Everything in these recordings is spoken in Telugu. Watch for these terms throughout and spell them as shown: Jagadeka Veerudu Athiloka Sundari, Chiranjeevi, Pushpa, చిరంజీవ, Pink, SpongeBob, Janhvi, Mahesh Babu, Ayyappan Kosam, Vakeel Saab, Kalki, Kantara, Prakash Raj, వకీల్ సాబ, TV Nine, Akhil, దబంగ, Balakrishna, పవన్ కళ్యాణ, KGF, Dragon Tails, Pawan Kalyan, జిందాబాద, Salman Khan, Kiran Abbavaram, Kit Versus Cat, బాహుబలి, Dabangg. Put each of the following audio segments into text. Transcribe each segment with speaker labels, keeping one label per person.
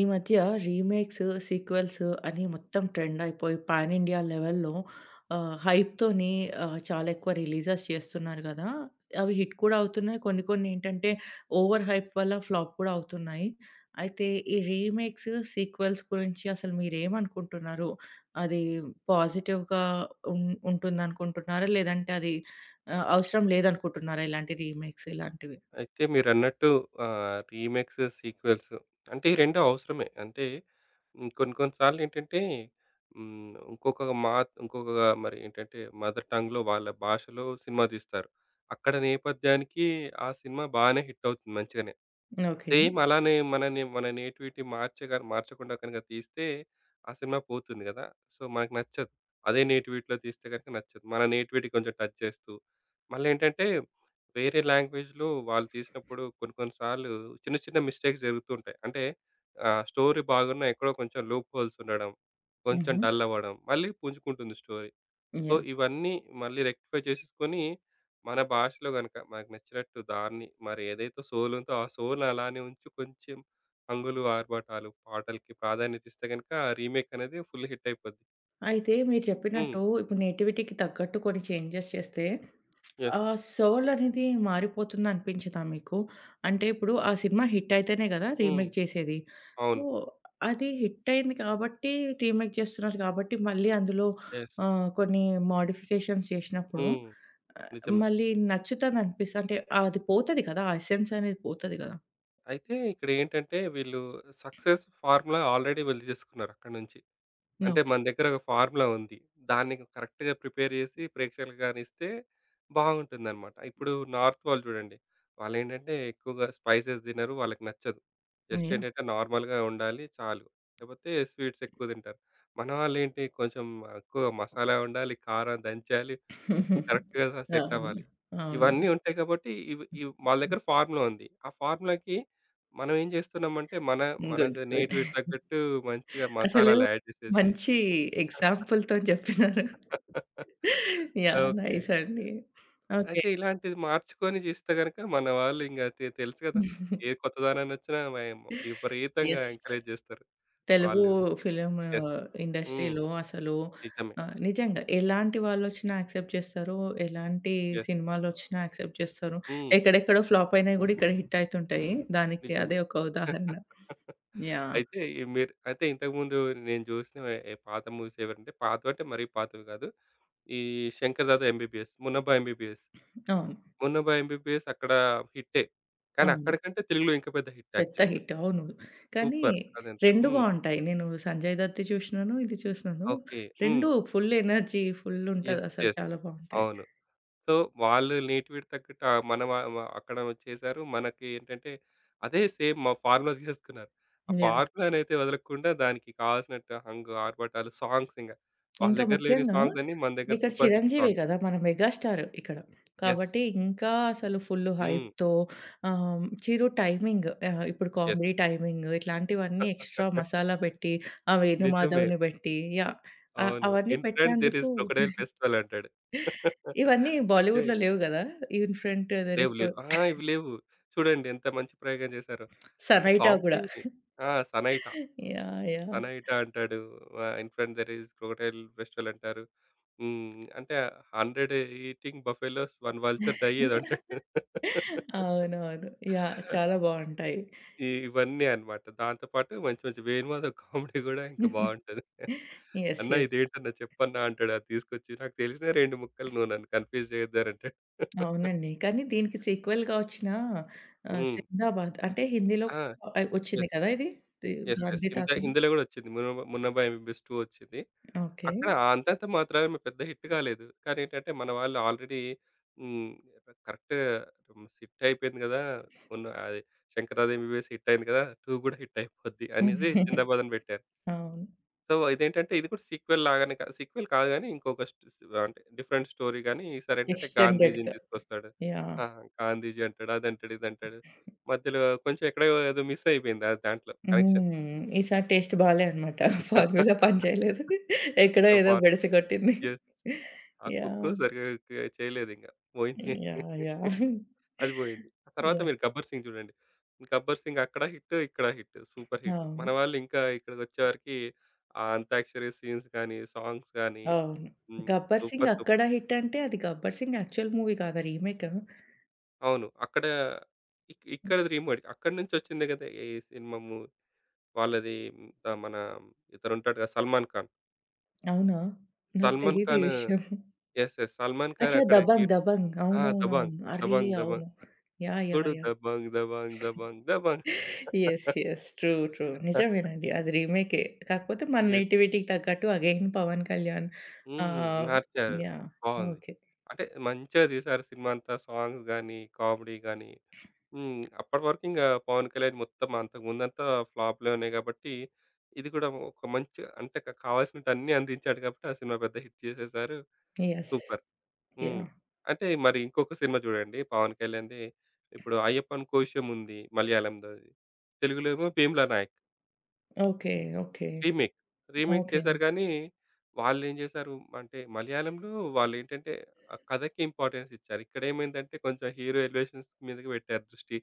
Speaker 1: ఈ మధ్య రీమేక్స్, సీక్వెల్స్ అని మొత్తం ట్రెండ్ అయిపోయి పాన్ ఇండియా లెవెల్‌లో హైప్‌తోని చాలా ఎక్కువ రిలీజెస్ చేస్తున్నారు గదా! అవి హిట్ కూడా అవుతున్నాయి. కొన్ని కొన్ని ఏంటంటే ఓవర్ హైప్ వల్ల ఫ్లాప్ కూడా అవుతున్నాయి. అయితే ఈ రీమేక్స్, సీక్వెల్స్ గురించి అసలు మీరేమనుకుంటున్నారు? అది పాజిటివ్‌గా ఉం ఉంటుందనుకుంటున్నారా? లేదంటే అది అవసరం లేదనుకుంటున్నారా? ఇలాంటి రీమేక్స్ ఇలాంటివి?
Speaker 2: అయితే మీరన్నట్టు రీమేక్స్, సీక్వెల్స్ అంటే ఈ 2 అవసరమే. అంటే కొన్ని కొన్ని సార్లు ఏంటంటే ఇంకొక మా ఇంకొక మరి ఏంటంటే మదర్ టంగ్‌లో వాళ్ళ భాషలో సినిమా తీస్తారు. అక్కడ నేపథ్యానికి ఆ సినిమా బాగానే హిట్ అవుతుంది మంచిగానే.
Speaker 1: ఓకే.
Speaker 2: సేమ్ అలానే మనని మన నేటివిటీ మార్చగా మార్చకుండా కనుక తీస్తే ఆ సినిమా పోతుంది కదా! సో, మనకు నచ్చదు. అదే నేటివిటీలో తీస్తే గనుక నచ్చదు. మన నేటివిటీ కొంచెం టచ్ చేస్తూ, మళ్ళేంటంటే వేరే లాంగ్వేజ్‌లో వాళ్ళు తీసినప్పుడు కొన్ని కొన్ని సార్లు చిన్న చిన్న మిస్టేక్స్ జరుగుతూ ఉంటాయి. అంటే స్టోరీ బాగున్నా ఎక్కడో కొంచెం లూప్ హోల్స్ ఉండడం, కొంచెం
Speaker 1: హుహు.
Speaker 2: డల్ అవ్వడం, మళ్ళీ పుంజుకుంటుంది స్టోరీ. So,
Speaker 1: yeah!
Speaker 2: ఇవన్నీ మళ్ళీ రెక్టిఫై చేసేసుకొని, మన భాషలో గనక మనకు నచ్చినట్టు దాన్ని మరి ఏదైతే సోల్ ఉందో, ఆ సోల్‌ని అలానే ఉంచి కొంచెం హంగులు, ఆర్భాటాలు, పాటలకి ప్రాధాన్యత ఇస్తే గనక రీమేక్ అనేది ఫుల్ హిట్ అయిపోద్ది.
Speaker 1: అయితే మీరు
Speaker 2: హ్మ్.
Speaker 1: చెప్పినట్టు ఇప్పుడు నేటివిటీకి తగ్గట్టు కొన్ని చేంజెస్ చేస్తే, ఆ
Speaker 2: యెస్.
Speaker 1: సోల్ అనేది మారిపోతుందనిపించిందా మీకు? అంటే ఇప్పుడు ఆ సినిమా హిట్ అయితేనే కదా!
Speaker 2: హ్మ్.
Speaker 1: రీమేక్ చేసేది. సో,
Speaker 2: అవును.
Speaker 1: అది హిట్ అయింది కాబట్టి రీమేక్ చేస్తున్నారు కాబట్టి మళ్ళీ అందులో
Speaker 2: యెస్.
Speaker 1: కొన్ని మోడిఫికేషన్స్ చేసినప్పుడు
Speaker 2: హ్మ్.
Speaker 1: ఆహ్,
Speaker 2: నిజమే.
Speaker 1: మళ్ళీ నచ్చుతదనిపిస్త అంటే అది పోతది కదా! ఆ ఎసెన్స్ అనేది పోతది కదా!
Speaker 2: అయితే ఇక్కడేంటంటే వీళ్ళు సక్సెస్ ఫార్ములా ఆల్రెడీ వీళ్ళు చేసుకున్నారు అక్కడి నుంచి. అంటే
Speaker 1: ఓకే.
Speaker 2: మన దగ్గర ఒక ఫార్ములా ఉంది. దాన్ని కరెక్ట్‌గా ప్రిపేర్ చేసి ప్రేక్షకులకు గానిస్తే బాగుంటుందనమాట. ఇప్పుడు నార్త్ వాళ్ళు చూడండి. వాళ్ళేంటంటే ఎక్కువగా స్పైసెస్ తినరు. వాళ్ళకి నచ్చదు. Just
Speaker 1: yeah!
Speaker 2: ఏంటంటే నార్మల్‌గా ఉండాలి చాలు. లేకపోతే స్వీట్స్ ఎక్కువ తింటారు. మన వాళ్ళేంటి కొంచెం ఎక్కువ మసాలా ఉండాలి, కారం దంచాలి, ఉప్పు కరెక్ట్‌గా సెట్
Speaker 1: అవును.
Speaker 2: అవ్వాలి.
Speaker 1: అవును.
Speaker 2: ఇవన్నీ ఉంటాయి కాబట్టి ఇవి ఇవి వాళ్ళ దగ్గర ఫార్ములా ఉంది. ఆ ఫార్ములాకి మనం ఏం చేస్తున్నామంటే మన
Speaker 1: గుడ్.
Speaker 2: మనకు
Speaker 1: గుడ్.
Speaker 2: నేటివిటి తగ్గట్టు మంచిగా
Speaker 1: అసలు
Speaker 2: మసాలాలు యాడ్ చేసేసి
Speaker 1: మంచి ఎగ్జాంపుల్‌తోని జెప్పినారు. యాహ్!
Speaker 2: ఓకే.
Speaker 1: నైస్ అండి. ఓకే.
Speaker 2: అయితే ఇలాంటిది మార్చుకొని చేస్తే గనుక మన వాళ్ళు ఇంక తెలుసు కదా! ఏ కొత్తదనాన్ని వచ్చినా మేము విపరీతంగా
Speaker 1: యెస్.
Speaker 2: ఎంకరేజ్ చేస్తారు.
Speaker 1: తెలుగు
Speaker 2: వాళ్ళు
Speaker 1: ఫిల్మ్
Speaker 2: యెస్. హ్మ్.
Speaker 1: ఇండస్ట్రీలో అసలు
Speaker 2: నిజమే.
Speaker 1: నిజంగా ఎలాంటి వాళ్ళొచ్చినా యాక్సెప్ట్ జేస్తారు. ఎలాంటి
Speaker 2: యెస్.
Speaker 1: సినిమాలొచ్చినా యాక్సెప్ట్ జేస్తారు.
Speaker 2: హ్మ్.
Speaker 1: ఎక్కడెక్కడో ఫ్లాప్ అయినయి గూడా ఇక్కడ హిట్ అయితుంటాయి. దానికి
Speaker 2: నిజమే.
Speaker 1: అదే ఒక ఉదాహరణ. యాహ్!
Speaker 2: అయితే ఈ మీరు అయితే ఇంతకుముందు నేను జూసిన పాత మూవీస్ ఏవంటే పాతవంటే మరీ పాతవి కాదు. ఈ 'శంకర్ దాదా ఎంబీబీఎస్', 'మున్నబ్బా ఎంబీబీఎస్'.
Speaker 1: అవును.
Speaker 2: మొన్న 'ఎంబీబీఎస్' అక్కడ హిట్టే. కానీ
Speaker 1: అవును.
Speaker 2: అక్కడికంటే తెలుగులో ఇంకా పెద్ద హిట్
Speaker 1: పెద్ద
Speaker 2: యాక్చువల్‌గా.
Speaker 1: హిట్. అవును. కానీ
Speaker 2: సూపర్ అదంతా.
Speaker 1: 2
Speaker 2: హ్మ్.
Speaker 1: బావుంటాయి. నేను 'సంజయ్ దత్‌ది' చూసినాను, ఇది చూసినాను.
Speaker 2: ఓకే. హ్మ్.
Speaker 1: 2 ఫుల్ ఎనర్జీ ఫుల్
Speaker 2: యెస్.
Speaker 1: ఉంటదసలు
Speaker 2: యెస్.
Speaker 1: చాలా బావుంటాయి.
Speaker 2: అవును. సో, వాళ్ళు నేటివిటి తగ్గట్టు మన వ వ అక్కడ చేశారు. మనకి ఏంటంటే అదే సేమ్ మా ఫార్ములా తీసేసుకున్నారు. ఆ
Speaker 1: యాహ్!
Speaker 2: ఫార్ములానైతే వదలకుండా దానికి కావాల్సినట్టు హంగు, ఆర్భటాలు, సాంగ్స్ ఇంగ. వాళ్ళ
Speaker 1: ఇంకా
Speaker 2: దగ్గర లేని
Speaker 1: ముఖ్యంగా
Speaker 2: సాంగ్స్ అన్నీ మన దగ్గర
Speaker 1: ఇక్కడ
Speaker 2: సూపర్ హిట్
Speaker 1: చిరంజీవే
Speaker 2: సాంగ్స్.
Speaker 1: కదా! మన మెగాస్టార్ ఇక్కడ.
Speaker 2: యెస్.
Speaker 1: కాబట్టి ఇంకా అసలు ఫుల్
Speaker 2: హ్మ్.
Speaker 1: హైప్‌తో చిరు టైమింగ్ ఇప్పుడు
Speaker 2: యెస్.
Speaker 1: కామెడీ టైమింగ్ ఇట్లాంటివన్నీ ఎక్స్‌ట్రా మసాలా పెట్టి, ఆ
Speaker 2: నిజమే.
Speaker 1: వేణుమాధవ్‌ని పెట్టి యాహ్!
Speaker 2: అవును.
Speaker 1: అవన్నీ
Speaker 2: ఇన్ ట్రెండ్ దేర్
Speaker 1: పెట్టినందుకు
Speaker 2: ఈస్ క్రొకొడైల్ ఫెస్టివల్ అంటాడు.
Speaker 1: ఇవన్నీ
Speaker 2: అంటే
Speaker 1: బాలీవుడ్‌లో లేవు గదా! ఇన్ ఫ్రంట్ దేర్
Speaker 2: లేవు
Speaker 1: ఈస్ కో
Speaker 2: లేవు. ఆ! ఇవి లేవు. చూడండి ఎంత మంచి ప్రయోగం చేశారో. అంటే
Speaker 1: సనైటా గూడా.
Speaker 2: కామెడీని ఆ! సనైటా,
Speaker 1: యాహ్! యాహ్!
Speaker 2: సనైటా అంటాడు. In front there is crocodile festival అంటారు. హ్మ్. అంటే 100 ఈటింగ్ బఫెలోస్, 1 వల్చర్ డై ఏదో అంటాడు.
Speaker 1: అవునవును. యాహ్! చాలా బావుంటాయి.
Speaker 2: ఇవన్నీ అన్నమాట. దాంతో పాటు మంచి మంచి వేణుమాధవ్ కామెడీ గూడా ఇంకా బావుంటది.
Speaker 1: యెస్.
Speaker 2: "అన్న
Speaker 1: యెస్.
Speaker 2: ఇదేంటన్నా చెప్పన్నా" అంటాడు అది తీసుకొచ్చి. నాకు తెలిసిన 2 ముక్కలు నువ్వు నన్ను కన్‌ఫ్యూజ్ చేయొద్దనంటాడు.
Speaker 1: అవునండి. కానీ దీనికి సీక్వెల్‌గా వచ్చిన
Speaker 2: హ్మ్.
Speaker 1: 'జిందాబాద్' అంటే హిందీలో
Speaker 2: ఆ!
Speaker 1: వచ్చింది
Speaker 2: యెస్.
Speaker 1: కదా! ఇది. The
Speaker 2: yes. యెస్.
Speaker 1: 'గాంధీ తాతలు'
Speaker 2: హిందీలో గూడా వచ్చింది. 'మున్నబాయి ఎంబీబీస్ 2' వచ్చింది.
Speaker 1: ఓకే.
Speaker 2: అక్కడ అంతంత మాత్రాన పెద్ద హిట్ కాలేదు. కానీ ఏంటంటే మన వాళ్ళు ఆల్రెడీ హ్మ్. కరెక్ట్ హిట్ అయిపోయింది గదా! మొన్న అది 'శంకరాద ఎంబీబీఎస్' హిట్ అయింది గదా! 2 గూడా హిట్ అయిపోద్ది అనేసి 'జిందాబాద్' అని పెట్టారు.
Speaker 1: అవును.
Speaker 2: సో, ఇదేంటంటే ఇది కూడా సీక్వెల్ లాగానే సీక్వెల్ కాదు గానీ ఇంకొక స్ట్ స్ అంటే డిఫరెంట్ స్టోరీ గానీ ఈసారి ఏంటంటే గాంధీజీని
Speaker 1: ఎక్స్‌టెండెడ్‌గా.
Speaker 2: తీసుకొస్తాడు.
Speaker 1: యాహ్!
Speaker 2: ఆ! గాంధీజీ అంటాడు. అదంటాడు, ఇదంటాడు. మధ్యలో కొంచెం ఎక్కడో ఏదో మిస్ అయిపోయింది. ఆ దాంట్లో కనెక్షన్.
Speaker 1: హ్మ్. ఈసారి టేస్ట్ బాలే అనమాట. ఫార్ములా పని చేయలేదు. ఎక్కడో
Speaker 2: ఆ!
Speaker 1: ఏదో
Speaker 2: పార్ట్‌లో.
Speaker 1: బెడిసి కొట్టింది.
Speaker 2: యెస్. ఆ కుక్కు
Speaker 1: యాహ్!
Speaker 2: సరిగ్గా చేయలేదింక. పోయింది.
Speaker 1: యాహ్! యాహ్!
Speaker 2: అది పోయింది. ఆ తర్వాత
Speaker 1: యాహ్!
Speaker 2: మీరు 'గబ్బర్ సింగ్' చూడండి. 'గబ్బర్ సింగ్' అక్కడ హిట్, ఇక్కడ హిట్. Super hit. మన
Speaker 1: అవును.
Speaker 2: వాళ్ళు ఇంకా ఇక్కడికొచ్చేవరకి ఆ అంత్యాక్షరి సీన్స్ గానీ, సాంగ్స్ గానీ
Speaker 1: అవును.
Speaker 2: హ్మ్.
Speaker 1: 'గబ్బర్ సింగ్'
Speaker 2: సూపర్,
Speaker 1: అక్కడ
Speaker 2: సూపర్.
Speaker 1: హిట్ అంటే అది 'గబ్బర్ సింగ్' యాక్చువల్ మూవీ కాదా? రీమేకా?
Speaker 2: అవును. అక్కడ
Speaker 1: హ్మ్.
Speaker 2: ఇక్కడిది రీమేక్. అక్కడి నుంచొచ్చిందే కదా! ఈ సినిమా వాళ్ళది మన ఇతనుంటాడు కదా! 'సల్మాన్ ఖాన్.'
Speaker 1: అవునా? నాకు
Speaker 2: 'సల్మాన్
Speaker 1: తెలీదు
Speaker 2: ఖాన్'
Speaker 1: ఈ విషయం.
Speaker 2: యెస్. యెస్. 'సల్మాన్ ఖాన్'
Speaker 1: అచ్చా!
Speaker 2: అక్కడ
Speaker 1: 'దబంగ్'
Speaker 2: హీరో.
Speaker 1: 'దబంగ్'
Speaker 2: ఆ! 'దబంగ్.'
Speaker 1: అవునవునవును. అరే!
Speaker 2: 'దబంగ్.' 'దబంగ్.'
Speaker 1: అవును. యాహ్! యాహ్!
Speaker 2: ఇప్పుడు
Speaker 1: yeah!
Speaker 2: Dabangg Dabangg Dabangg Dabangg.
Speaker 1: Yes. Yes. True. True. నిజమేనండి. అది రీమేకే. కాకపోతే మన
Speaker 2: యెస్.
Speaker 1: నేటివిటీకి తగ్గట్టు అగైన్ 'పవన్ కళ్యాణ్'
Speaker 2: హ్మ్.
Speaker 1: ఆహ్,
Speaker 2: మార్చారు.
Speaker 1: యాహ్!
Speaker 2: బావుంది.
Speaker 1: ఓకే.
Speaker 2: అంటే మంచిగా తీశారు సినిమా అంతా. సాంగ్స్ గాని, కామెడీ గాని. హ్మ్. అప్పటి వరకు ఇంక పవన్ కళ్యాణ్ మొత్తం అంతకు ముందంతా ఫ్లాప్‌లే ఉన్నాయి కాబట్టి, ఇది కూడా ఒక మంచి అంటే కావాల్సినటన్నీ అందించాడు కాబట్టి, ఆ సినిమా పెద్ద హిట్ చేసేశారు.
Speaker 1: యెస్.
Speaker 2: సూపర్. హ్మ్.
Speaker 1: యాహ్!
Speaker 2: అంటే మరి ఇంకొక సినిమా చూడండి పవన్ కళ్యాణ్‌ది. ఇప్పుడు 'అయ్యప్పన్ కోశం' ఉంది మలయాళంలోది. తెలుగులో ఏమో 'Bheemla Nayak.'
Speaker 1: Okay. Okay.
Speaker 2: Remake. Remake
Speaker 1: okay.
Speaker 2: చేశారు గానీ, వాళ్ళేం జేశారు అంటే, మలయాళంలో వాళ్ళేంటంటే, ఆ కథకి ఇంపార్టెన్స్ ఇచ్చారు. ఇక్కడేమైందంటే, కొంచెం హీరో ఎలివేషన్స్ మీదకి పెట్టారు దృష్టి.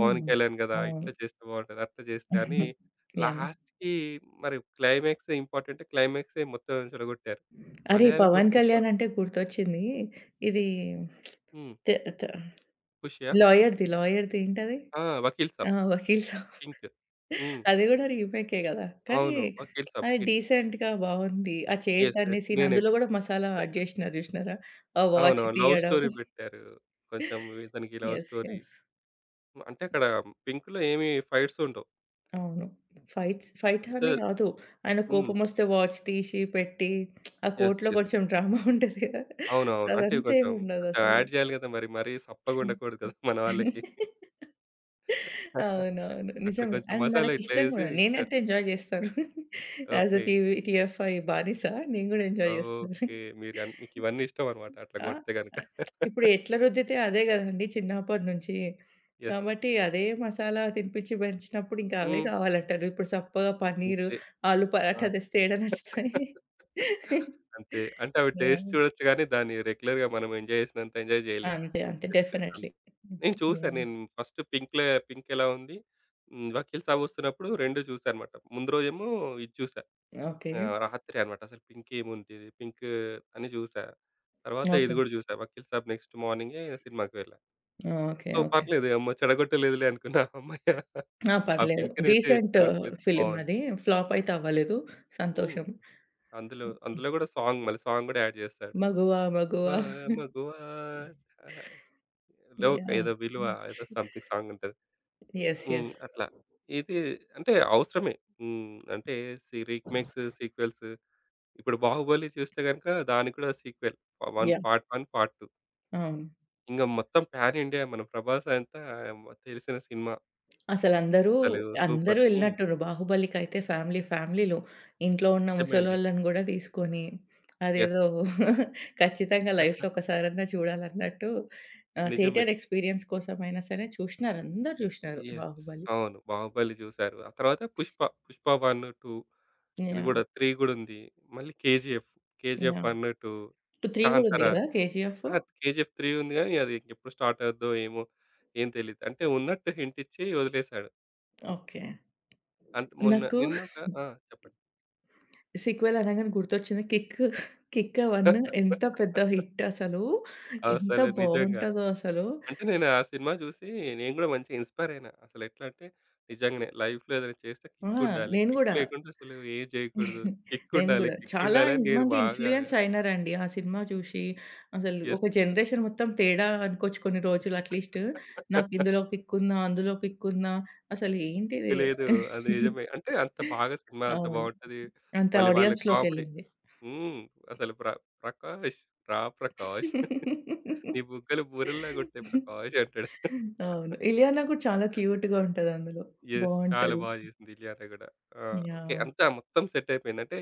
Speaker 2: పవన్ కళ్యాణ్ గదా!
Speaker 1: అవును.
Speaker 2: ఇట్లా చేస్తే బావుంటది, అట్లా చేస్తే అని,
Speaker 1: యాహ్!
Speaker 2: లాస్ట్‌కి మరి క్లైమాక్సే ఇంపార్టెంట్. క్లైమాక్సే మొత్తం చెడగొట్టారు.
Speaker 1: అరే!
Speaker 2: మలయాళంలో
Speaker 1: 'పవన్
Speaker 2: సూపర్.
Speaker 1: కళ్యాణ్' అంటే గుర్తొచ్చింది. ఇది
Speaker 2: హ్మ్.
Speaker 1: తె త
Speaker 2: 'ఖుషియా?'
Speaker 1: లాయర్‌ది, లాయర్‌ది ఏంటది?
Speaker 2: ఆ! 'వకీల్
Speaker 1: ఆ!
Speaker 2: సాబ్'
Speaker 1: 'వకీల్ సాబ్'
Speaker 2: 'పింక్' హ్మ్.
Speaker 1: అది కూడా రీమేకే కదా! కానీ
Speaker 2: అవును. 'వకీల్ సాబ్'
Speaker 1: అది
Speaker 2: హిట్.
Speaker 1: డీసెంట్‌గా బావుంది. ఆ చైర్
Speaker 2: యెస్.
Speaker 1: తన్నే
Speaker 2: యెస్.
Speaker 1: సీన్ అందులో కూడా మసాలా యాడ్ చేసినారు చూసినారా? ఆ వాచ్
Speaker 2: అవునవును. లవ్
Speaker 1: తీయడం.
Speaker 2: స్టోరీ పెట్టారు. కొంచెం ఇతనికి లవ్
Speaker 1: యెస్.
Speaker 2: స్టోరీ.
Speaker 1: యెస్.
Speaker 2: అంటే అక్కడ పింక్‌లో ఏమి ఫైట్స్ ఉండవు.
Speaker 1: అవును. ఫైట్స్ ఫైట్
Speaker 2: అంతే
Speaker 1: అనే కాదు. ఆయన
Speaker 2: హ్మ్.
Speaker 1: కోపమొస్తే వాచ్ తీసి పెట్టి ఆ
Speaker 2: యెస్.
Speaker 1: కోర్ట్‌లో
Speaker 2: యెస్.
Speaker 1: కొంచెం డ్రామా ఉంటది కదా!
Speaker 2: అవునవును. అంటే
Speaker 1: అదంతా
Speaker 2: కొంచెం
Speaker 1: ఏమి
Speaker 2: కొంచెం
Speaker 1: ఉండదసలు.
Speaker 2: యాడ్ చేయాలి కదా! మరి మరీ సప్పగా
Speaker 1: హ్మ్.
Speaker 2: ఉండకూడదు కదా! మన వాళ్ళకి.
Speaker 1: అవునవును.
Speaker 2: అక్కడ
Speaker 1: నిజమే.
Speaker 2: కొంచెం
Speaker 1: అండ్
Speaker 2: మసాలా ఇట్లా
Speaker 1: మనకిష్టం
Speaker 2: యేసి
Speaker 1: గూడా.
Speaker 2: ఇచ్చారు.
Speaker 1: నేనైతే ఎంజాయ్ జేస్తాను. As a
Speaker 2: okay.
Speaker 1: TV TFI బానిస నేను గూడా ఎంజాయ్ జేస్తాను.
Speaker 2: ఓకే. మీరు మీకు ఇవన్నీ ఇష్టం అన్నమాట. అట్లా
Speaker 1: ఆ!
Speaker 2: కొడితే గనుక.
Speaker 1: ఇప్పుడు ఎట్లా రుద్దితే అదే గదండీ చిన్నప్పటి నుంచి.
Speaker 2: యెస్.
Speaker 1: కాబట్టి అదే మసాలా తినిపించి పెంచినప్పుడు ఇంకా అవే
Speaker 2: హ్మ్.
Speaker 1: కావాలంటారు. ఇప్పుడు సప్పగా పన్నీరు,
Speaker 2: అంతే.
Speaker 1: ఆలు
Speaker 2: ఆ!
Speaker 1: పరాఠా తెస్తే ఏడ నచ్చుతాయి.
Speaker 2: అంతే. అంటే అవి టేస్ట్
Speaker 1: యాహ్!
Speaker 2: చూడొచ్చు గానీ దాన్ని రెగ్యులర్‌గా మనం ఎంజాయ్ చేసినంత ఎంజాయ్ చేయలేం.
Speaker 1: అంతే. అంతే.
Speaker 2: Just
Speaker 1: definitely.
Speaker 2: నేను చూసాను.
Speaker 1: యాహ్!
Speaker 2: నేను ఫస్ట్ 'పింక్‌లే పింక్' ఎలా ఉంది. హ్మ్. 'వకీల్ సాబ్' వస్తున్నప్పుడు 2 చూసా అనమాట. ముందు రోజేమో ఇది చూసా.
Speaker 1: ఓకే.
Speaker 2: రాత్రే అనమాట. అసలు పింక్ ఏముంటిది? పింక్ అని చూసా. తర్వాత ఇది
Speaker 1: ఓకే.
Speaker 2: గూడా చూసా. 'వకీల్ సాబ్' నెక్స్ట్ మార్నింగే సినిమాకి వెళ్ళా.
Speaker 1: ఓకే.
Speaker 2: So,
Speaker 1: okay.
Speaker 2: పర్లేదు. అమ్మ చెడగొట్టలేదులే అనుకున్నా. అమ్మయ్య!
Speaker 1: ఆ!
Speaker 2: ఆ
Speaker 1: పర్లేదు.
Speaker 2: పింక్‌నైతే
Speaker 1: డీసెంట్
Speaker 2: చెడగొట్టలేదు.
Speaker 1: ఫిల్మ్
Speaker 2: బావుంది.
Speaker 1: అది. ఫ్లాప్ అయితే అవ్వలేదు.
Speaker 2: హ్మ్.
Speaker 1: సంతోషం.
Speaker 2: అందులో అందులో గూడా సాంగ్ మళ్ళీ సాంగ్ గూడా యాడ్ చేస్తాడు.
Speaker 1: మగువా మగువా
Speaker 2: 'మగువా' ఆహ్, 'లోక
Speaker 1: యాహ్!
Speaker 2: ఏదో విలువ' ఏదో సంథింగ్ సాంగ్ ఉంటది.
Speaker 1: యెస్.
Speaker 2: హ్మ్.
Speaker 1: యెస్.
Speaker 2: అట్లా. ఇది అంటే అవసరమే. హ్మ్. అంటే రీమేక్స్, సీక్వెల్స్ ఇప్పుడు 'బాహుబలి' చూస్తే గనుక దానికి కూడా sequel. One
Speaker 1: yeah!
Speaker 2: Part 1, part 2.
Speaker 1: అవును.
Speaker 2: ఇంక మొత్తం పాన్ ఇండియా మన ప్రభాస్ అంతా తెలిసిన సినిమా.
Speaker 1: అసలందరూ,
Speaker 2: అసలు సూపర్.
Speaker 1: అందరూ
Speaker 2: హ్మ్.
Speaker 1: ఎళ్ళినట్టుర్రు. బాహుబలికైతే ఫ్యామిలీ ఫ్యామిలీలు. ఇంట్లో ఉన్న
Speaker 2: నిజమే అండి.
Speaker 1: ముసలోళ్ళని గూడా తీసుకొని,
Speaker 2: యెస్.
Speaker 1: అదేదో ఖచ్చితంగా లైఫ్‌లో ఒకసారన్నా చూడాలన్నట్టు
Speaker 2: నిజమే.
Speaker 1: థియేటర్ ఎక్స్‌పీరియన్స్ కోసమైనా సరే చూషినారు. అందరూ జూషినారు
Speaker 2: యెస్.
Speaker 1: 'బాహుబలి.'
Speaker 2: అవును. 'బాహుబలి' చూసారు. ఆ తర్వాత 'పుష్ప', 'పుష్ప 1, 2' ఇది
Speaker 1: యాహ్!
Speaker 2: కూడా 3 కూడా ఉంది. మళ్ళీ 'కేజీఎఫ్', 'కేజీఎఫ్
Speaker 1: యాహ్!
Speaker 2: 1, 2',
Speaker 1: ఇప్పుడు 3 గూడా ఉంది
Speaker 2: 'కాంతార'.
Speaker 1: గదా! 'కేజీఎఫ్.'
Speaker 2: ఆహా! 'కేజీఎఫ్ 3' ఉంది గానీ, అది ఎప్పుడు స్టార్ట్ అవుద్దో ఏమో! ఏం తెలీదు. అంటే ఉన్నట్టు హింట్ ఇచ్చి వదిలేసాడు.
Speaker 1: ఓకే.
Speaker 2: అంటే మొన్న
Speaker 1: నాకు
Speaker 2: నిన్నొక ఆ! చెప్పండి.
Speaker 1: సీక్వెల్ అనంగానే గుర్తొచ్చింది 'కిక్.' 'కిక్ 1' ఎంత పెద్ద హిట్ అసలు. ఎంత
Speaker 2: అసలు నిజంగా.
Speaker 1: బావుంటదో అసలు.
Speaker 2: అంటే నేను ఆ సినిమా జూసి నేను గూడా మంచిగా ఇన్‌స్పైర్ అయినా. అసలు ఎట్లా అంటే నిజంగానే లైఫ్‌లో ఏదైనా చేస్తే
Speaker 1: ఆ!
Speaker 2: కిక్ ఉండాలి.
Speaker 1: నేను
Speaker 2: కిక్
Speaker 1: గూడా.
Speaker 2: లేకుండా అసలు ఏం జేయకూడదు. కిక్
Speaker 1: నేను
Speaker 2: ఉండాలి,
Speaker 1: గూడా.
Speaker 2: కిక్
Speaker 1: చాలా
Speaker 2: ఉండాలి
Speaker 1: ఇన్
Speaker 2: అని నేను
Speaker 1: మంది
Speaker 2: బాగా
Speaker 1: ఇన్‌ఫ్లూయెన్స్ అయినారండి ఆ సినిమా చూసి. అసలు
Speaker 2: యెస్.
Speaker 1: ఒక జనరేషన్ మొత్తం తేడా అనుకోవచ్చు కొన్ని రోజులు అట్‌లీస్ట్. నాకు ఇందులో కిక్ ఉందా? అందులో కిక్ ఉందా? అసలు
Speaker 2: కిక్
Speaker 1: ఏంటిది?
Speaker 2: లేదు. అది నిజమే. అంటే అంత బాగా సినిమా అంత
Speaker 1: అవును.
Speaker 2: బావుంటది.
Speaker 1: అంత
Speaker 2: మళ్ళీ వాళ్ళ కామెడీ
Speaker 1: ఆడియన్స్‌లోకెళ్ళింది.
Speaker 2: హ్మ్. అసలు ప్రకాష్ ప్రకాష్ నీ బుగ్గలు బూరెల్లాగా ఉంటాయి ప్రకాష్ అంటాడు.
Speaker 1: అవును. 'ఇలియానా' కూడా చాలా క్యూట్‌గా ఉంటదందులో.
Speaker 2: యెస్. చాలా
Speaker 1: బావుంటది.
Speaker 2: బాగా చేసింది ఇలియానా గూడా. ఆ! ఓకే.
Speaker 1: యాహ్!
Speaker 2: అంతా మొత్తం సెట్ అయిపోయింది. అంటే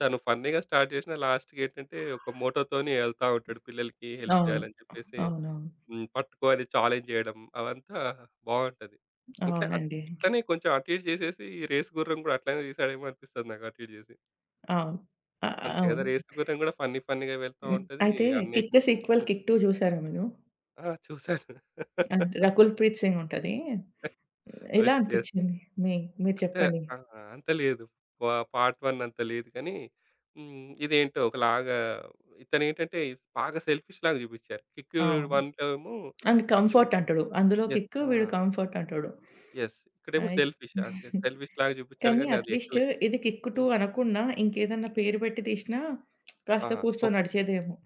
Speaker 2: తను ఫన్నీగా స్టార్ట్ చేసినా లాస్ట్‌కి ఏంటంటే ఒక మోటోతోని ఎళ్తా ఉంటాడు. పిల్లలకి హెల్ప్
Speaker 1: అవును.
Speaker 2: చేయాలని చెప్పేసి
Speaker 1: అవునవును.
Speaker 2: హ్మ్. పట్టుకో అని ఛాలెంజ్ చేయడం అవంతా బావుంటది. అంటే
Speaker 1: అవునండి.
Speaker 2: ఇట్లనే కొంచెం అటు ఇటు చేసేసి రేసు గుర్రం గూడా అట్లనే తీసాడేమో అనిపిస్తది నాకు అటు ఇటు చేసి.
Speaker 1: అవును. అ
Speaker 2: అంతే కదా!
Speaker 1: అవును.
Speaker 2: రేసు గుర్రం గూడా ఫన్నీ ఫన్నీగా వెళ్తా
Speaker 1: హ్మ్.
Speaker 2: ఉంటది.
Speaker 1: అయితే
Speaker 2: అన్నయ్య
Speaker 1: 'కిక్'
Speaker 2: కోసం.
Speaker 1: సీక్వెల్
Speaker 2: హ్మ్.
Speaker 1: 'కిక్ 2' చూసారా మీరు?
Speaker 2: ఆ! చూసాను.
Speaker 1: అండ్ 'రకుల్ ప్రీత్ సింగ్' ఉంటది. ఎలా
Speaker 2: యెస్. యెస్.
Speaker 1: అనిపించింది? మీ మీరు
Speaker 2: అంటే
Speaker 1: చెప్పండి.
Speaker 2: ఆ! అంత లేదు. పార్ట్ 1 అంత లేదు కానీ, హ్మ్. ఇదేంటో ఒకలాగా ఇతనేంటంటే బాగా సెల్ఫిష్ లాగా చూపించారు. 'కిక్'
Speaker 1: అవును.
Speaker 2: 1లో ఏమో
Speaker 1: అండ్
Speaker 2: హ్మ్.
Speaker 1: కంఫర్ట్ అంటాడు. అందులో
Speaker 2: యెస్.
Speaker 1: 'కిక్'
Speaker 2: ఆ!
Speaker 1: వీడు కంఫర్ట్ అంటాడు.
Speaker 2: యెస్. ఇక్కడేమో
Speaker 1: అయి
Speaker 2: సెల్ఫిష్ అంతే. సెల్ఫిష్ లాగా చూపించాడు
Speaker 1: కానీ
Speaker 2: గానీ అది
Speaker 1: అట్‌లీస్ట్
Speaker 2: ఎక్కలే.
Speaker 1: ఇది కిక్కు 2
Speaker 2: హ్మ్.
Speaker 1: అనకుండా ఇంకేదన్నా పేరు పెట్టి తీసినా
Speaker 2: ఆ!
Speaker 1: కాస్త కూస్తో
Speaker 2: ఓకే.
Speaker 1: నడిచేదేమో.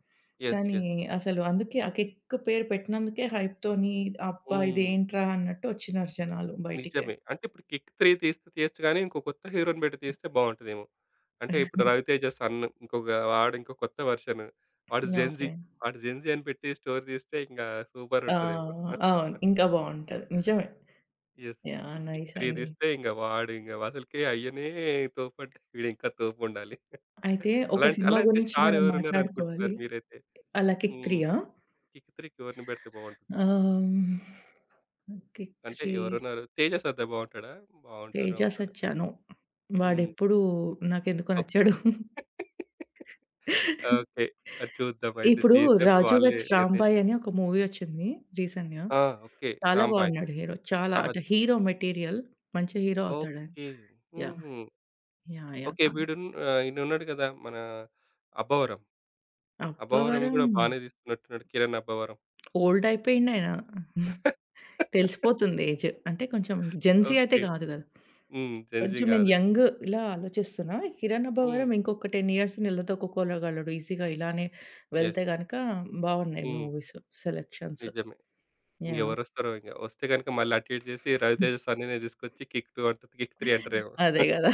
Speaker 2: యెస్.
Speaker 1: కానీ
Speaker 2: యెస్.
Speaker 1: అసలు అందుకే ఆ కిక్ పేరు పెట్టినందుకే హైప్‌తోని అబ్బా!
Speaker 2: హ్మ్.
Speaker 1: ఇదేంట్రా అన్నట్టు ఒచ్చినారు జనాలు బయటికి.
Speaker 2: నిజమే. అంటే ఇప్పుడు 'కిక్ 3' తీస్తే తీయొచ్చు గానీ, ఇంకో కొత్త హీరో‌ని పెట్టి తీస్తే బావుంటదేమో. అంటే ఇప్పుడు 'రవితేజ సన్' ఇంకొక వాడు ఇంకో కొత్త వెర్షన్. వాడు
Speaker 1: ఓకే.
Speaker 2: 'జెన్‌జీ' వాడు 'జెన్‌జీ' అని పెట్టి స్టోరీ తీస్తే ఇంగా సూపర్
Speaker 1: ఆ!
Speaker 2: ఉంటదేమో.
Speaker 1: అవును. ఇంకా బావుంటది. నిజమే.
Speaker 2: యెస్.
Speaker 1: యాహ్!
Speaker 2: 'కిక్
Speaker 1: నైస్
Speaker 2: 3'
Speaker 1: అండి.
Speaker 2: తీస్తే ఇంగ వాడు ఇంగ అసలకే అయ్యనే తోపంటే వీడు ఇంకా తోపుండాలి.
Speaker 1: అయితే ఒక
Speaker 2: అలాంటి
Speaker 1: సినిమా
Speaker 2: అలాంటి
Speaker 1: గురించి
Speaker 2: స్టార్
Speaker 1: మనం
Speaker 2: ఎవరున్నారు అనుకుంటున్నారు
Speaker 1: మాట్లాడుకోవాలి.
Speaker 2: మీరైతే?
Speaker 1: అలా 'కిక్
Speaker 2: హ్మ్.
Speaker 1: 3ఆ?
Speaker 2: 'కిక్ 3' ఎవరిని పెడితే బావుంటుంది?
Speaker 1: ఆహ్, 'కిక్
Speaker 2: అంటే
Speaker 1: 3'
Speaker 2: ఎవరున్నారు? 'తేజ' సర్దా బావుంటాడా? బావుంటారో
Speaker 1: 'తేజ
Speaker 2: ఉండడా?
Speaker 1: సత్యానో'
Speaker 2: హ్మ్.
Speaker 1: వాడెప్పుడు నాకెందుకో
Speaker 2: ఓకే.
Speaker 1: నచ్చడు.
Speaker 2: ఓకే. అది చూద్దాం అయితే
Speaker 1: ఇప్పుడు
Speaker 2: తీసినప్పుడు
Speaker 1: 'రాజు
Speaker 2: వాళ్ళే
Speaker 1: వెడ్స్
Speaker 2: నిర్ణయించు
Speaker 1: రాంబాయ్' అని ఒక మూవీ వచ్చింది రీసెంట్‌గా.
Speaker 2: ఆ! ఓకే.
Speaker 1: చాలా
Speaker 2: 'రాంబాయ్',
Speaker 1: బాగున్నాడు హీరో. చాలా అంటే
Speaker 2: 'రాజ్'
Speaker 1: హీరో మెటీరియల్. మంచి హీరో అవుతాడాయన.
Speaker 2: ఓకే.
Speaker 1: యాహ్!
Speaker 2: హుహు.
Speaker 1: యాహ్! యాహ్!
Speaker 2: ఓకే.
Speaker 1: ఆ!
Speaker 2: ఈయనున్నాడు కదా! మన 'అబ్బవరం'. 'అబ్బవరం'వి
Speaker 1: అబ్బవరం
Speaker 2: కూడా బానే తీస్తున్నట్టున్నాడు 'కిరణ్ అబ్బవరం.'
Speaker 1: ఓల్డ్ అయిపోయిండాయన. తెలిసిపోతుంది ఏజ్. అంటే కొంచెం జెన్‌జీ అయితే
Speaker 2: ఓకే.
Speaker 1: గాదు గదా!
Speaker 2: హ్మ్. 'జెన్‌జీ'
Speaker 1: కొంచెం నేను
Speaker 2: కాదు.
Speaker 1: యంగ్ ఇలా ఆలోచిస్తున్నా. కిరణ్
Speaker 2: హ్మ్.
Speaker 1: అబ్బవరం ఇంకొక 10 ఇయర్స్ నిలదొక్కుకోగలడు ఈజీగా. ఇలానే వెళ్తే
Speaker 2: యెస్.
Speaker 1: గనక బావున్నాయి
Speaker 2: హ్మ్.
Speaker 1: Movies selections.
Speaker 2: నిజమే.
Speaker 1: యాహ్!
Speaker 2: ఇంకెవరొస్తారో ఇంగ. వస్తే గనుక మళ్ళీ అటు ఇటు చేసి 'రవితేజ సన్నీనే' తీసుకొచ్చి 'కిక్ 2' అంటది. 'కిక్ 3' అంటారేమో.
Speaker 1: అదే గదా!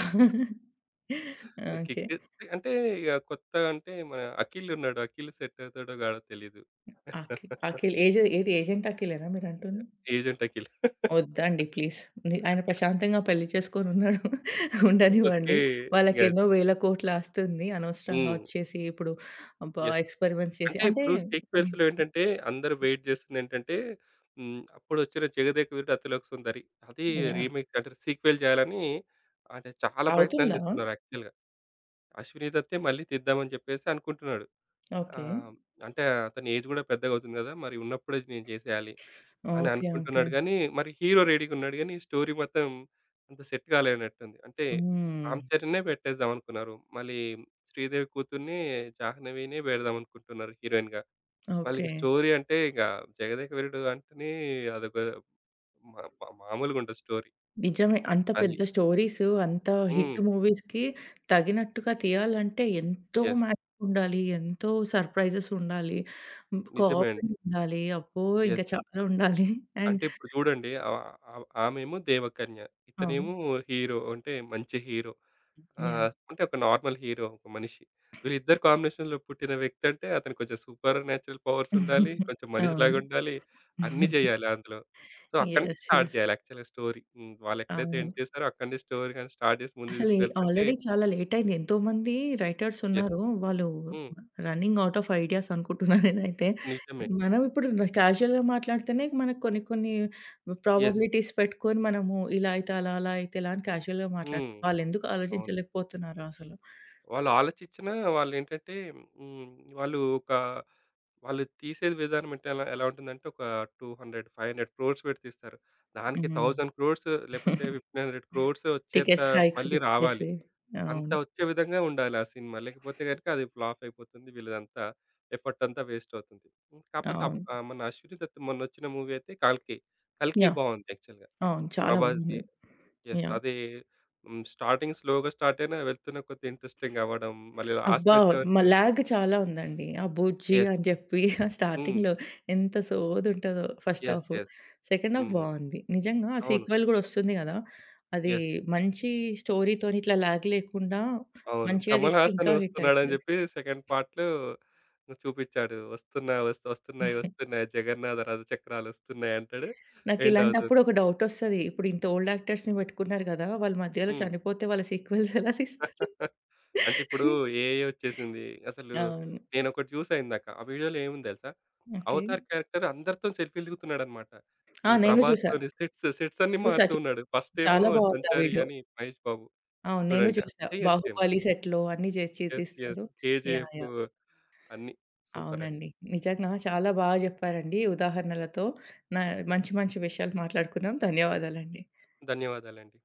Speaker 1: ఓకే.
Speaker 2: 'కిక్ 3' అంటే ఇక కొత్త అంటే మన 'అఖిల్' ఉన్నాడు. 'అఖిల్' సెట్ అవుతాడో కాడో తెలీదు.
Speaker 1: అఖి అఖిల్ ఏజె ఏది ఏజెంట్ అఖిలేనా మీరంటుంది?
Speaker 2: ఏజెంట్ అఖిల్.
Speaker 1: ఒద్దండి ప్లీజ్. ఆయన ప్రశాంతంగా పెళ్లి చేసుకొనున్నాడు.
Speaker 2: హ్మ్.
Speaker 1: ఉండనివ్వండి.
Speaker 2: ఓకే. ఇంగ
Speaker 1: వాళ్ళకేన్నో వేల కోట్ల ఆస్తి ఉంది. అనవసరంగా
Speaker 2: హ్మ్.
Speaker 1: ఒచ్చేసి ఇప్పుడు అబ్బా!
Speaker 2: యెస్.
Speaker 1: ఎక్స్‌పెరిమెంట్స్ చేసి
Speaker 2: అంటే
Speaker 1: అంటే
Speaker 2: ఇప్పుడు సీక్వెల్స్‌లో ఏంటంటే అందరూ వెయిట్ చేస్తుందేంటంటే హ్మ్. అప్పుడొచ్చిన 'జగదేక వీరుడు అతిలోక సుందరి' అది
Speaker 1: యాహ్!
Speaker 2: రీమేక్ అంటే సీక్వెల్ చేయాలని అంటే చాలా ప్రయత్నాలు
Speaker 1: అవుతుందా?
Speaker 2: చేస్తున్నారు యాక్చువల్‌గా. 'అశ్విని దత్తే' మళ్ళీ తీద్దామని చెప్పేసి అనుకుంటున్నాడు.
Speaker 1: ఓకే.
Speaker 2: ఆహ్, అంటే అతని ఏజ్ కూడా పెద్దగా అవుతుంది కదా! మరి ఉన్నప్పుడే నేను చేసేయాలి. అని
Speaker 1: ఓకే. ఓకే.
Speaker 2: అనుకుంటున్నాడు గానీ, మరి హీరో రెడీగున్నాడు గానీ, స్టోరీ మాత్రం అంత సెట్ కాలేనట్టుంది. అంటే,
Speaker 1: హ్మ్.
Speaker 2: రామ్ చరణ్‌నే పెట్టేద్దామనుకున్నారు. మళ్ళీ శ్రీదేవి కూతుర్ని, జాహ్నవినే పెడదామనుకుంటున్నారు హీరోయిన్‌గా. మళ్ళీ
Speaker 1: ఓకే.
Speaker 2: ఇక స్టోరీ అంటే, ఇక 'జగదేక వీరుడు' అంటేనే అదొక మా మా మామూలుగుండదు స్టోరీ
Speaker 1: నిజమే. అంత
Speaker 2: మళ్ళీ.
Speaker 1: పెద్ద స్టోరీస్, అంత
Speaker 2: హ్మ్.
Speaker 1: హిట్ మూవీస్‌కి తగినట్టుగా తీయాలంటే ఎంతో
Speaker 2: యెస్.
Speaker 1: మ్యాజిక్ ఉండాలి. ఎంతో సర్ప్రైజెస్ ఉండాలి. హ్మ్.
Speaker 2: నిజమే అండి.
Speaker 1: కామెడీ ఉండాలి. అబ్బో! ఇంకా
Speaker 2: యెస్.
Speaker 1: చాలా ఉండాలి. అండ్
Speaker 2: అంటే ఇప్పుడు చూడండి. ఆమెమో దేవకన్య.
Speaker 1: అవును.
Speaker 2: ఇతనేమో హీరో అంటే మంచి హీరో.
Speaker 1: యాహ్!
Speaker 2: అంటే ఒక నార్మల్ హీరో ఒక మనిషి. వీళ్ళిద్దరు కాంబినేషన్‌లో పుట్టిన వ్యక్తి అంటే అతను కొంచెం సూపర్ న్యాచురల్ పవర్స్ ఉండాలి. కొంచెం
Speaker 1: అవును.
Speaker 2: మనిషిలాగా ఉండాలి. అన్నీ చేయాలి అందులో. సో, అక్కడి నుంచి
Speaker 1: యెస్.
Speaker 2: Start
Speaker 1: yes.
Speaker 2: చేయాలి యాక్చువల్‌గా స్టోరీ. హ్మ్. వాళ్ళు ఎక్కడైతే
Speaker 1: అవును.
Speaker 2: ఎండ్ చేసారో అక్కడి నుంచి స్టోరీ గాని స్టార్ట్ చేసి ముందుకు
Speaker 1: అసలు
Speaker 2: తీసుకెళ్తుంటే
Speaker 1: ఆల్రెడీ చాలా లేట్ అయింది. ఎంతోమంది రైటర్స్
Speaker 2: యెస్.
Speaker 1: ఉన్నారు. వాళ్ళు
Speaker 2: హ్మ్.
Speaker 1: రన్నింగ్ ఔట్ ఆఫ్ ఐడియాస్ అనుకుంటున్నా నేనైతే.
Speaker 2: నిజమే.
Speaker 1: మనం ఇప్పుడు క్యాజుయల్‌గా మాట్లాడితేనే మనకు కొన్ని కొన్ని
Speaker 2: యెస్.
Speaker 1: ప్రాబబిలిటీస్ పెట్టుకొని మనము ఇలా అయితే అలా, అలా అయితే ఇలా అని క్యాజుయల్‌గా
Speaker 2: హ్మ్.
Speaker 1: మాట్లాడతాం. వాళ్ళెందుకు
Speaker 2: అవును.
Speaker 1: ఆలోచించలేకపోతున్నారో అసలు.
Speaker 2: వాళ్ళు ఆలోచించినా వాళ్ళేంటంటే హ్మ్. వాళ్ళు ఒక వాళ్ళు తీసేది విధానం అంటే ఎలా ఎలా ఉంటుందంటే ఒక 200, 500 క్రోర్స్ పెట్టి తీస్తారు. దానికి
Speaker 1: హ్మ్.
Speaker 2: 1000 క్రోర్స్ లేకపోతే 1500 క్రోర్స్ వచ్చేంత
Speaker 1: టికెట్స్ హైక్స్
Speaker 2: మళ్ళీ
Speaker 1: ఫిక్స్
Speaker 2: రావాలి.
Speaker 1: చేసి.
Speaker 2: అంత
Speaker 1: అవును.
Speaker 2: వచ్చే విధంగా ఉండాలి ఆ సినిమా. లేకపోతే గనుక అది ఫ్లాప్ అయిపోతుంది. వీళ్ళదంతా ఎఫర్ట్ అంతా వేస్ట్ అవుతుంది. కాకపోతే
Speaker 1: అవును.
Speaker 2: మన అశ్విని దత్ మొన్నొచ్చిన మూవీ అయితే 'కల్కి.' 'కల్కి'
Speaker 1: యాహ్!
Speaker 2: బావుంది యాక్చువల్‌గా.
Speaker 1: అవును. చాలా
Speaker 2: ప్రభాస్‌ది
Speaker 1: బాగుంది.
Speaker 2: యెస్.
Speaker 1: యాహ్!
Speaker 2: అది హ్మ్. స్టార్టింగ్ స్లోగా స్టార్ట్ అయినా వెళ్తున్న కొద్దీ ఇంట్రెస్టింగ్ అవ్వడం. మళ్ళీ
Speaker 1: అబ్బా!
Speaker 2: లాస్ట్‌కొచ్చేవరకు
Speaker 1: లాగ్ చాలా ఉందండి. ఆ బుజ్జి
Speaker 2: యెస్.
Speaker 1: అని జెప్పి
Speaker 2: హ్మ్.
Speaker 1: స్టార్టింగ్‌లో ఎంత సోదుంటదో first
Speaker 2: yes.
Speaker 1: Half.
Speaker 2: Yes.
Speaker 1: Second half
Speaker 2: హ్మ్.
Speaker 1: బావుంది. నిజంగా ఆ
Speaker 2: అవును.
Speaker 1: సీక్వెల్ గూడా ఒస్తుంది గదా! అది
Speaker 2: యెస్.
Speaker 1: మంచి స్టోరీతోని ఇట్లా లాగ్ లేకుండా
Speaker 2: అవును.
Speaker 1: మంచిగా
Speaker 2: కమల్
Speaker 1: దీస్తే
Speaker 2: హాసన్
Speaker 1: ఇంకా హిట్
Speaker 2: వస్తున్నాడని
Speaker 1: అయితది.
Speaker 2: జెప్పి సెకండ్ పార్ట్‌లో చూపిచ్చాడు. వస్తున్నాయి, వస్తున్నాయి జగన్నాథ రథ చక్రాలొస్తున్నాయి అంటాడు. ఎండ్
Speaker 1: నాకిలాంటప్పుడు
Speaker 2: అవుతుంది.
Speaker 1: ఒక డౌటొస్తది. ఇప్పుడు ఇంత ఓల్డ్ యాక్టర్స్‌ని బెట్టుకున్నారు గదా! వాళ్ళు మధ్యలో
Speaker 2: హ్మ్.
Speaker 1: చనిపోతే వాళ్ళ సీక్వెల్స్ ఎలా తీస్తారు?
Speaker 2: అంటే ఇప్పుడు ఏఐ వచ్చేసింది. అసలు
Speaker 1: అవును.
Speaker 2: నేనొకటి చూసా ఇందాక. ఆ వీడియోలో ఏముంది తెలుసా?
Speaker 1: ఓకే.
Speaker 2: అవతార్ క్యారెక్టర్ అందరితోని సెల్ఫీలు దిగుతున్నాడన్నమాట.
Speaker 1: ఆ!
Speaker 2: హ్మ్.
Speaker 1: నేను జూసా.
Speaker 2: 'ప్రభాస్‌తోని' సెట్స్ అన్నీ
Speaker 1: చూసా.
Speaker 2: మారుతూ ఉన్నాడు. ఫస్ట్ ఏమో
Speaker 1: చాలా బావుంది ఆ
Speaker 2: 'సంచారి'
Speaker 1: వీడియో.
Speaker 2: అని మహేష్ బాబు.
Speaker 1: అవును. నేను
Speaker 2: చూడండి.
Speaker 1: చూసా.
Speaker 2: చేయొచ్చేమో.
Speaker 1: 'బాహుబలి' సెట్‌లో అన్నీ చేసి
Speaker 2: యెస్. యెస్.
Speaker 1: చూపిస్తాడు. యాహ్!
Speaker 2: 'KGF'
Speaker 1: yeah!
Speaker 2: అన్నీ. సూపర్ అండి.
Speaker 1: అవునండి. నిజంగా చాలా బాగా చెప్పారండి ఉదాహరణలతో. నా మంచి మంచి విషయాలు మాట్లాడుకున్నాం. ధన్యవాదాలండి.
Speaker 2: ధన్యవాదాలండి.